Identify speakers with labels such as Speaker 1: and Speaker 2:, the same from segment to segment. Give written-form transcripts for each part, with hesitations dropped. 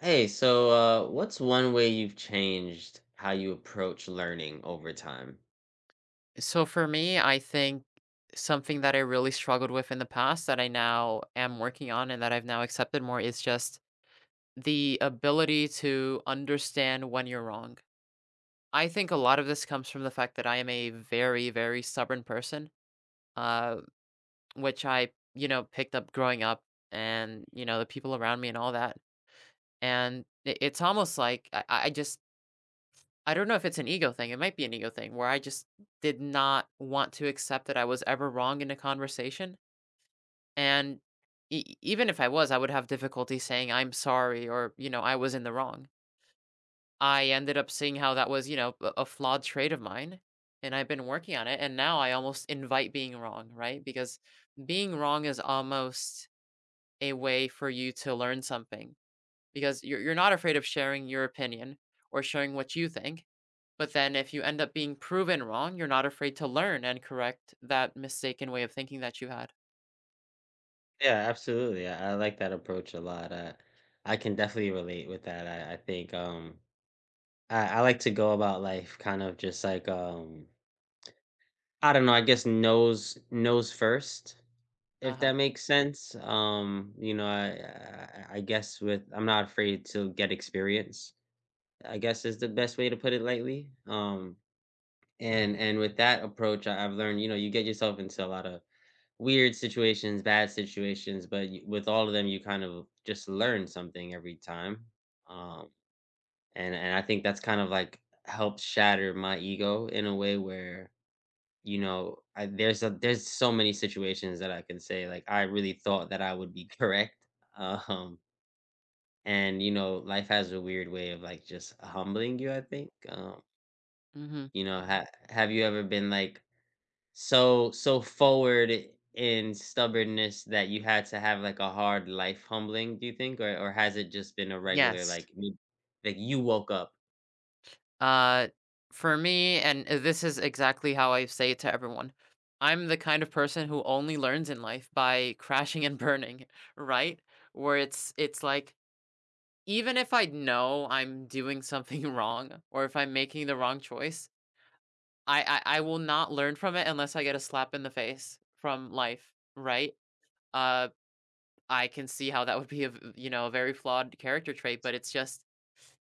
Speaker 1: Hey, what's one way you've changed how you approach learning over time?
Speaker 2: So for me, I think something that I really struggled with in the past that I now am working on and that I've now accepted more is just the ability to understand when you're wrong. I think a lot of this comes from the fact that I am a very, very stubborn person, uh, which I picked up growing up and, the people around me and all that. And it's almost like I don't know if it's an ego thing. It might be an ego thing where I just did not want to accept that I was ever wrong in a conversation. And e even if I was, I would have difficulty saying, "I'm sorry," or, "I was in the wrong." I ended up seeing how that was, a flawed trait of mine, and I've been working on it, and now I almost invite being wrong, right? Because being wrong is almost a way for you to learn something, because you're not afraid of sharing your opinion or sharing what you think, but then if you end up being proven wrong, you're not afraid to learn and correct that mistaken way of thinking that you had.
Speaker 1: Yeah, absolutely. I like that approach a lot. I can definitely relate with that. I think I like to go about life kind of just like I don't know, I guess nose first, if that
Speaker 2: Uh-huh.
Speaker 1: makes sense. I guess with I'm not afraid to get experience, I guess is the best way to put it lightly. And with that approach, I've learned, you know, you get yourself into a lot of weird situations, bad situations, but with all of them, you kind of just learn something every time. Um, and I think that's kind of like helped shatter my ego in a way where you know there's a there's so many situations that I can say like I really thought that I would be correct. Um, and you know, life has a weird way of like just humbling you, I think.
Speaker 2: Mhm.
Speaker 1: Have you ever been like so forward in stubbornness that you had to have, like, a hard life humbling, do you think? Or has it just been a regular,
Speaker 2: Yes.
Speaker 1: like, you woke up?
Speaker 2: Uh, for me, and this is exactly how I say it to everyone, I'm the kind of person who only learns in life by crashing and burning, right? Where it's like even if I know I'm doing something wrong or if I'm making the wrong choice, I will not learn from it unless I get a slap in the face from life, right? Uh, I can see how that would be a a very flawed character trait, but it's just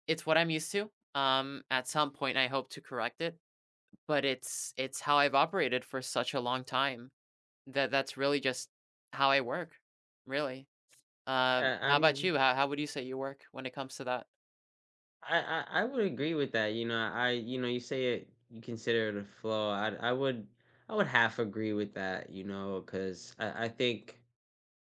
Speaker 2: it's what I'm used to. At some point, I hope to correct it. But it's how I've operated for such a long time that that's really just how I work, really.
Speaker 1: Yeah, I
Speaker 2: How about
Speaker 1: mean,
Speaker 2: you? How would you say you work when it comes to that?
Speaker 1: I I would agree with that, you know, I you know, you say it you consider it a flaw, I would half agree with that, you know, because I think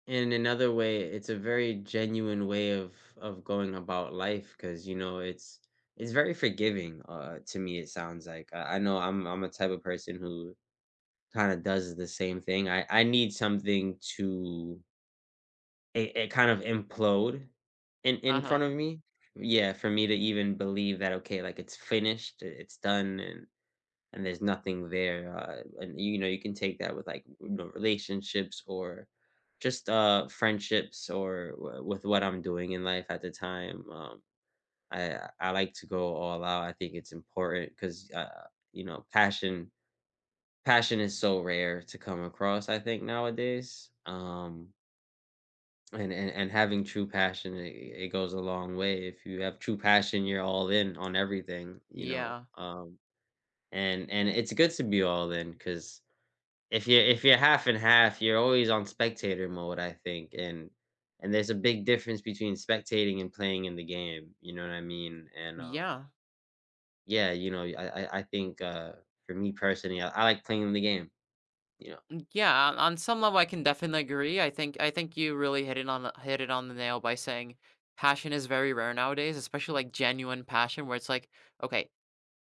Speaker 1: in another way, it's a very genuine way of going about life, because you know, it's very forgiving, to me, it sounds like. I know I'm a type of person who kinda does the same thing. I need something to it kind of implode in
Speaker 2: Uh-huh.
Speaker 1: front of me. Yeah, for me to even believe that, okay, like, it's finished, it's done, and there's nothing there, and, you know, you can take that with, like, you know, relationships or just, friendships or w with what I'm doing in life at the time, I like to go all out, I think it's important 'cause, you know, passion is so rare to come across, I think, nowadays, and having true passion, it goes a long way. If you have true passion, you're all in on everything, you know,
Speaker 2: Yeah.
Speaker 1: and it's good to be all in, because if you're if you're half and half, you're always on spectator mode, I think, and there's a big difference between spectating and playing in the game, you know what I mean? And,
Speaker 2: Yeah.
Speaker 1: yeah, you know, I think, for me personally, I like playing in the game, you know?
Speaker 2: Yeah, on some level I can definitely agree. I think you really hit it on the nail by saying passion is very rare nowadays, especially like genuine passion where it's like, okay,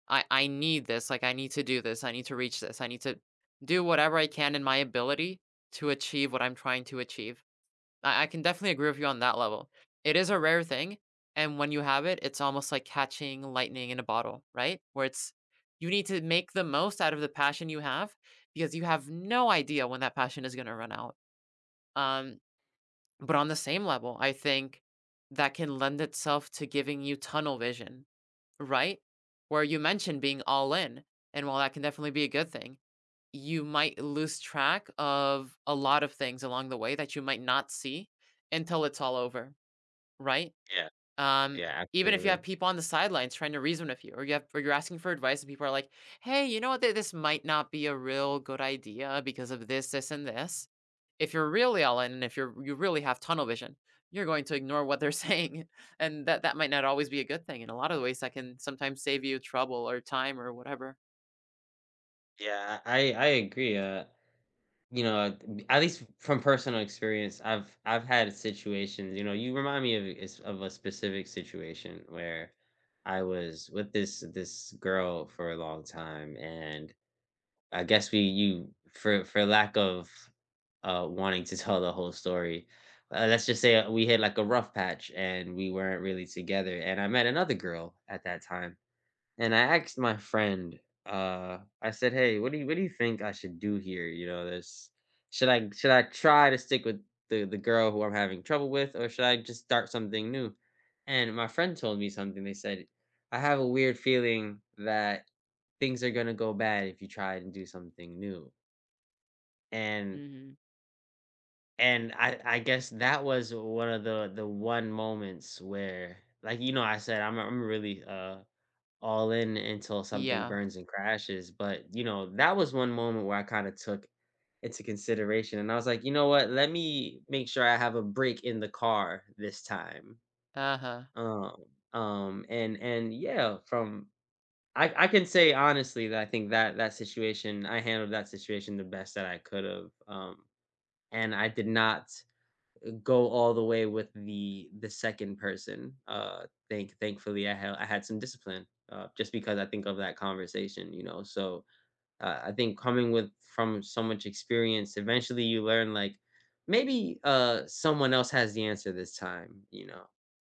Speaker 2: I need this, like I need to do this, I need to reach this, I need to do whatever I can in my ability to achieve what I'm trying to achieve. I can definitely agree with you on that level. It is a rare thing, and when you have it, it's almost like catching lightning in a bottle, right? Where it's you need to make the most out of the passion you have because you have no idea when that passion is going to run out. Um, but on the same level, I think that can lend itself to giving you tunnel vision, right? Where you mentioned being all in, and while that can definitely be a good thing, you might lose track of a lot of things along the way that you might not see until it's all over. Right?
Speaker 1: Yeah,
Speaker 2: Um,
Speaker 1: yeah,
Speaker 2: even if you
Speaker 1: absolutely.
Speaker 2: have people on the sidelines trying to reason with you, or you have, or you're asking for advice, and people are like, "Hey, you know what? This might not be a real good idea because of this, this, and this." If you're really all in, and if you're you really have tunnel vision, you're going to ignore what they're saying, and that might not always be a good thing. In a lot of ways, that can sometimes save you trouble or time or whatever.
Speaker 1: Yeah, I agree, you know, at least from personal experience, I've had situations, you know, you remind me of a s of a specific situation where I was with this girl for a long time, and I guess we you for lack of, wanting to tell the whole story, let's just say we had, like, a rough patch, and we weren't really together, and I met another girl at that time, and I asked my friend, I said, "Hey, what do you think I should do here? You know, this should I try to stick with the girl who I'm having trouble with, or should I just start something new?" And my friend told me something. They said, "I have a weird feeling that things are gonna go bad if you try and do something new." And
Speaker 2: Hmm.
Speaker 1: and I guess that was one of the one moments where, like, you know, I said I'm really all in until something
Speaker 2: Yeah.
Speaker 1: burns and crashes, but, you know, that was one moment where I kinda took into consideration, and I was like, "You know what? Let me make sure I have a break in the car this time."
Speaker 2: Uh huh.
Speaker 1: Um, and and yeah, from I can say honestly that I think that that situation I handled that situation the best that I could have, and I did not go all the way with the second person. Thankfully, I had some discipline, just because I think of that conversation, you know. So I think coming with from so much experience, eventually you learn like maybe someone else has the answer this time, you know.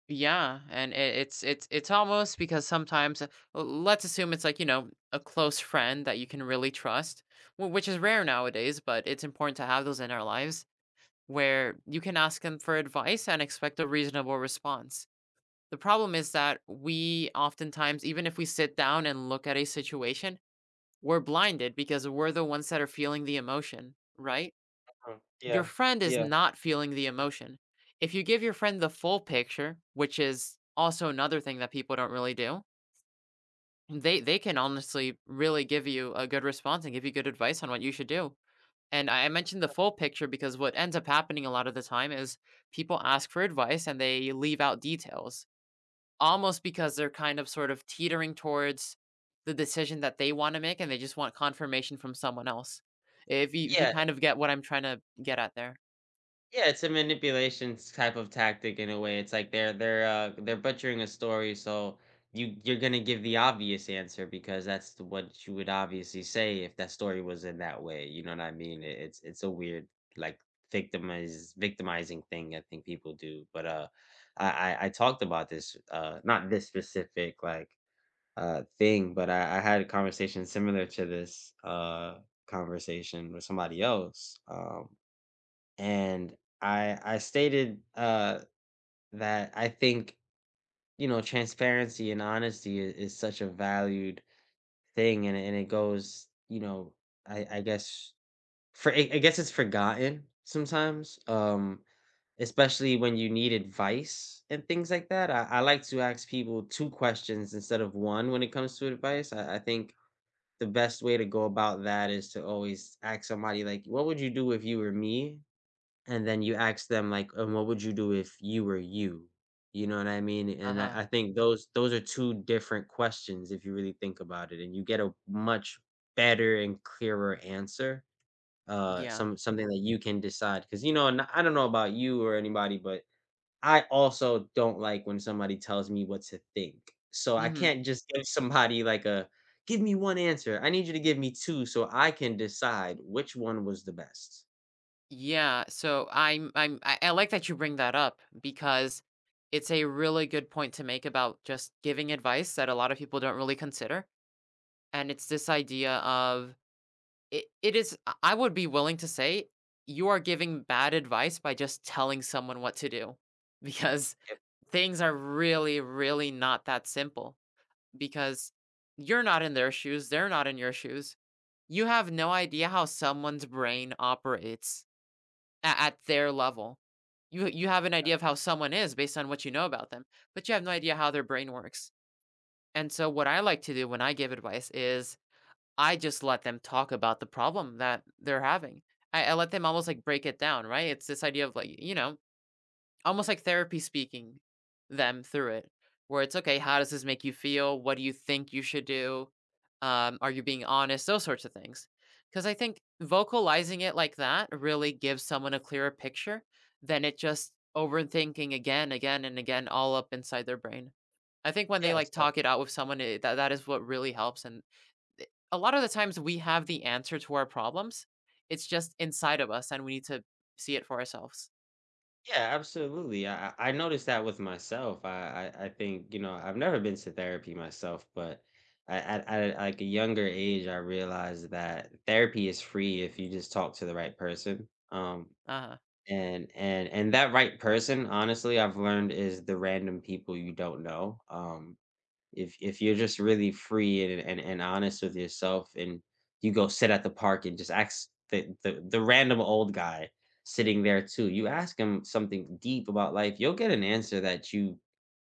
Speaker 2: Yeah, and it's almost because sometimes, let's assume it's like a close friend that you can really trust, which is rare nowadays, but it's important to have those in our lives where you can ask them for advice and expect a reasonable response. The problem is that we oftentimes, even if we sit down and look at a situation, we're blinded because we're the ones that are feeling the emotion, right?
Speaker 1: Mm,
Speaker 2: Your
Speaker 1: yeah,
Speaker 2: friend is
Speaker 1: yeah.
Speaker 2: not feeling the emotion. If you give your friend the full picture, which is also another thing that people don't really do, they can honestly really give you a good response and give you good advice on what you should do. And I mentioned the full picture because what ends up happening a lot of the time is people ask for advice and they leave out details, almost because they're kind of sort of teetering towards the decision that they want to make and they just want confirmation from someone else. If you
Speaker 1: Yeah,
Speaker 2: kind of get what I'm trying to get at there.
Speaker 1: yeah, it's a manipulation type of tactic in a way. It's like they're butchering a story, so you're gonna give the obvious answer because that's the, what you would obviously say if that story was in that way. You know what I mean? It, it's a weird like victimize victimizing thing I think people do. But I talked about this not this specific like thing, but I had a conversation similar to this conversation with somebody else. And I stated, that I think, you know, transparency and honesty is such a valued thing, and and it goes, you know, I guess for I guess it's forgotten sometimes, especially when you need advice and things like that. I like to ask people two questions instead of one when it comes to advice. I think the best way to go about that is to always ask somebody like, "What would you do if you were me?" And then you ask them like, "And what would you do if you were you?" You know what I mean?
Speaker 2: Uh
Speaker 1: And
Speaker 2: huh.
Speaker 1: I think those are 2 different questions if you really think about it, and you get a much better and clearer answer,
Speaker 2: Yeah.
Speaker 1: something that you can decide because you know, and I don't know about you or anybody, but I also don't like when somebody tells me what to think. So I
Speaker 2: Mhm.
Speaker 1: can't just give somebody like a, "Give me 1 answer. I need you to give me 2 so I can decide which one was the best."
Speaker 2: Yeah, so I like that you bring that up because it's a really good point to make about just giving advice that a lot of people don't really consider. And it's this idea of it is I would be willing to say you are giving bad advice by just telling someone what to do because
Speaker 1: If
Speaker 2: things are really really not that simple because you're not in their shoes, they're not in your shoes. You have no idea how someone's brain operates a at their level. You have an idea of how someone is based on what you know about them, but you have no idea how their brain works. And so what I like to do when I give advice is I just let them talk about the problem that they're having. I let them almost like break it down, right? It's this idea of like, almost like therapy speaking them through it, where it's okay, how does this make you feel? What do you think you should do? Are you being honest? Those sorts of things. Because I think vocalizing it like that really gives someone a clearer picture than it just overthinking again, again, and again, all up inside their brain. I think when they like
Speaker 1: yes,
Speaker 2: talk it out with someone, that is what really helps. And a lot of the times we have the answer to our problems, it's just inside of us, and we need to see it for ourselves.
Speaker 1: yeah, absolutely. I noticed that with myself. I think, you know, I've never been to therapy myself, but at like a younger age, I realized that therapy is free if you just talk to the right person.
Speaker 2: Uh
Speaker 1: And and that right person, honestly, I've learned, is the random people you don't know. If you're just really free and and honest with yourself, and you go sit at the park and just ask the the random old guy sitting there too, you ask him something deep about life, you'll get an answer that you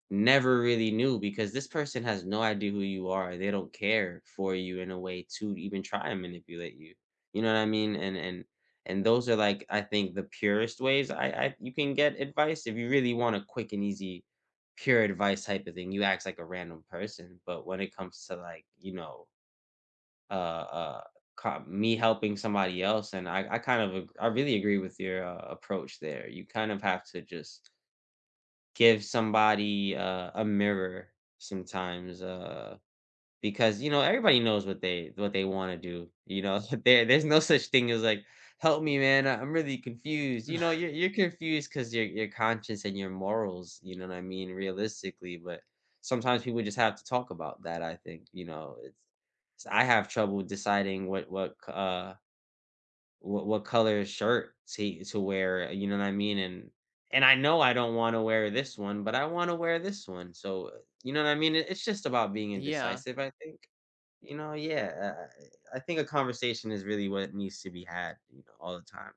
Speaker 1: never really knew because this person has no idea who you are. They don't care for you in a way to even try and manipulate you. You know what I mean? And and those are, like, I think the purest ways I you can get advice if you really want a quick and easy pure advice type of thing. You act like a random person, but when it comes to like, you know, uh uh me helping somebody else, and I kind of ag- I really agree with your, approach there. You kind of have to just give somebody, a mirror sometimes, because, you know, everybody knows what they wanna do, you know? There there's no such thing as like, "Help me, man, I'm really confused."
Speaker 2: huh.
Speaker 1: You know, you're confused because your conscience and your morals, you know what I mean, realistically, but sometimes people just have to talk about that, I think, you know? It's I have trouble deciding what, what color shirt to wear, you know what I mean? And I know I don't wanna wear this one, but I wanna wear this one, so, you know what I mean? It it's just about being
Speaker 2: Yeah.
Speaker 1: indecisive, I think. You know, yeah, I think a conversation is really what needs to be had, you know, all the time.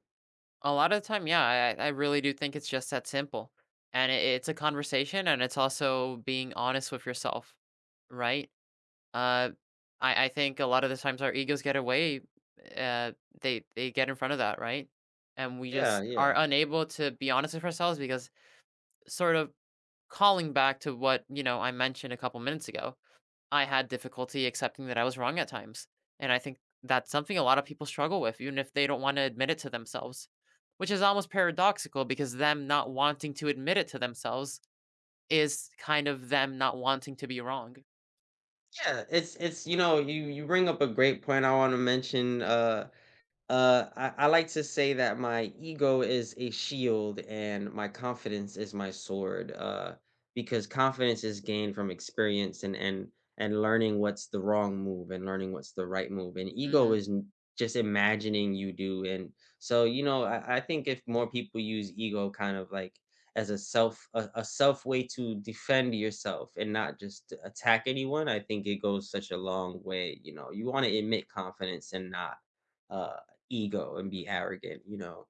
Speaker 2: A lot of the time, yeah, I really do think it's just that simple. And it's a conversation and it's also being honest with yourself, right? Uh, I think a lot of the times our egos get away, uh, they get in front of that, right? And we
Speaker 1: Yeah,
Speaker 2: just are
Speaker 1: yeah.
Speaker 2: unable to be honest with ourselves because sort of calling back to what, I mentioned a couple minutes ago, I had difficulty accepting that I was wrong at times, and I think that's something a lot of people struggle with, even if they don't wanna admit it to themselves, which is almost paradoxical because them not wanting to admit it to themselves is kind of them not wanting to be wrong.
Speaker 1: Yeah, it's, you know, you bring up a great point I wanna mention. I like to say that my ego is a shield and my confidence is my sword. Because confidence is gained from experience and and learning what's the wrong move and learning what's the right move. And ego
Speaker 2: Mhm.
Speaker 1: is just imagining you do. And so, you know, I think if more people use ego kind of like as a a self way to defend yourself and not just to attack anyone, I think it goes such a long way. You know, you want to admit confidence and not, Uh, ego, and be arrogant, you know?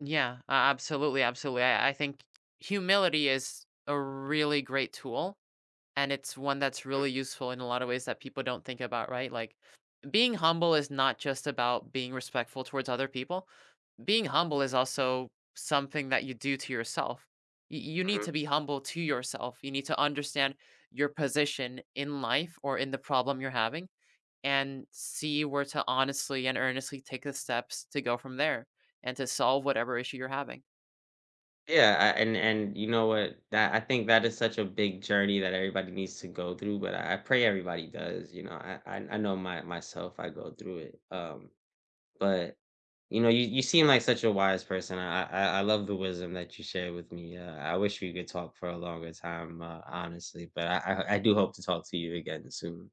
Speaker 2: Yeah, a absolutely, absolutely. I think humility is a really great tool, and it's one that's really useful in a lot of ways that people don't think about, right? Like, being humble is not just about being respectful towards other people. Being humble is also something that you do to yourself. You need
Speaker 1: Mhm.
Speaker 2: to be humble to yourself. You need to understand your position in life or in the problem you're having and see where to honestly and earnestly take the steps to go from there and to solve whatever issue you're having.
Speaker 1: Yeah, I and you know what? That I think that is such a big journey that everybody needs to go through, but I pray everybody does, you know? I know my myself, I go through it, but, you know, you seem like such a wise person, I love the wisdom that you shared with me, I wish we could talk for a longer time, honestly, but I do hope to talk to you again soon.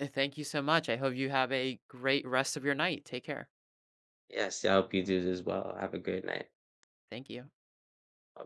Speaker 2: Thank you so much. I hope you have a great rest of your night. Take care.
Speaker 1: Yes, I hope you do as well, have a great night.
Speaker 2: Thank you.
Speaker 1: Bye.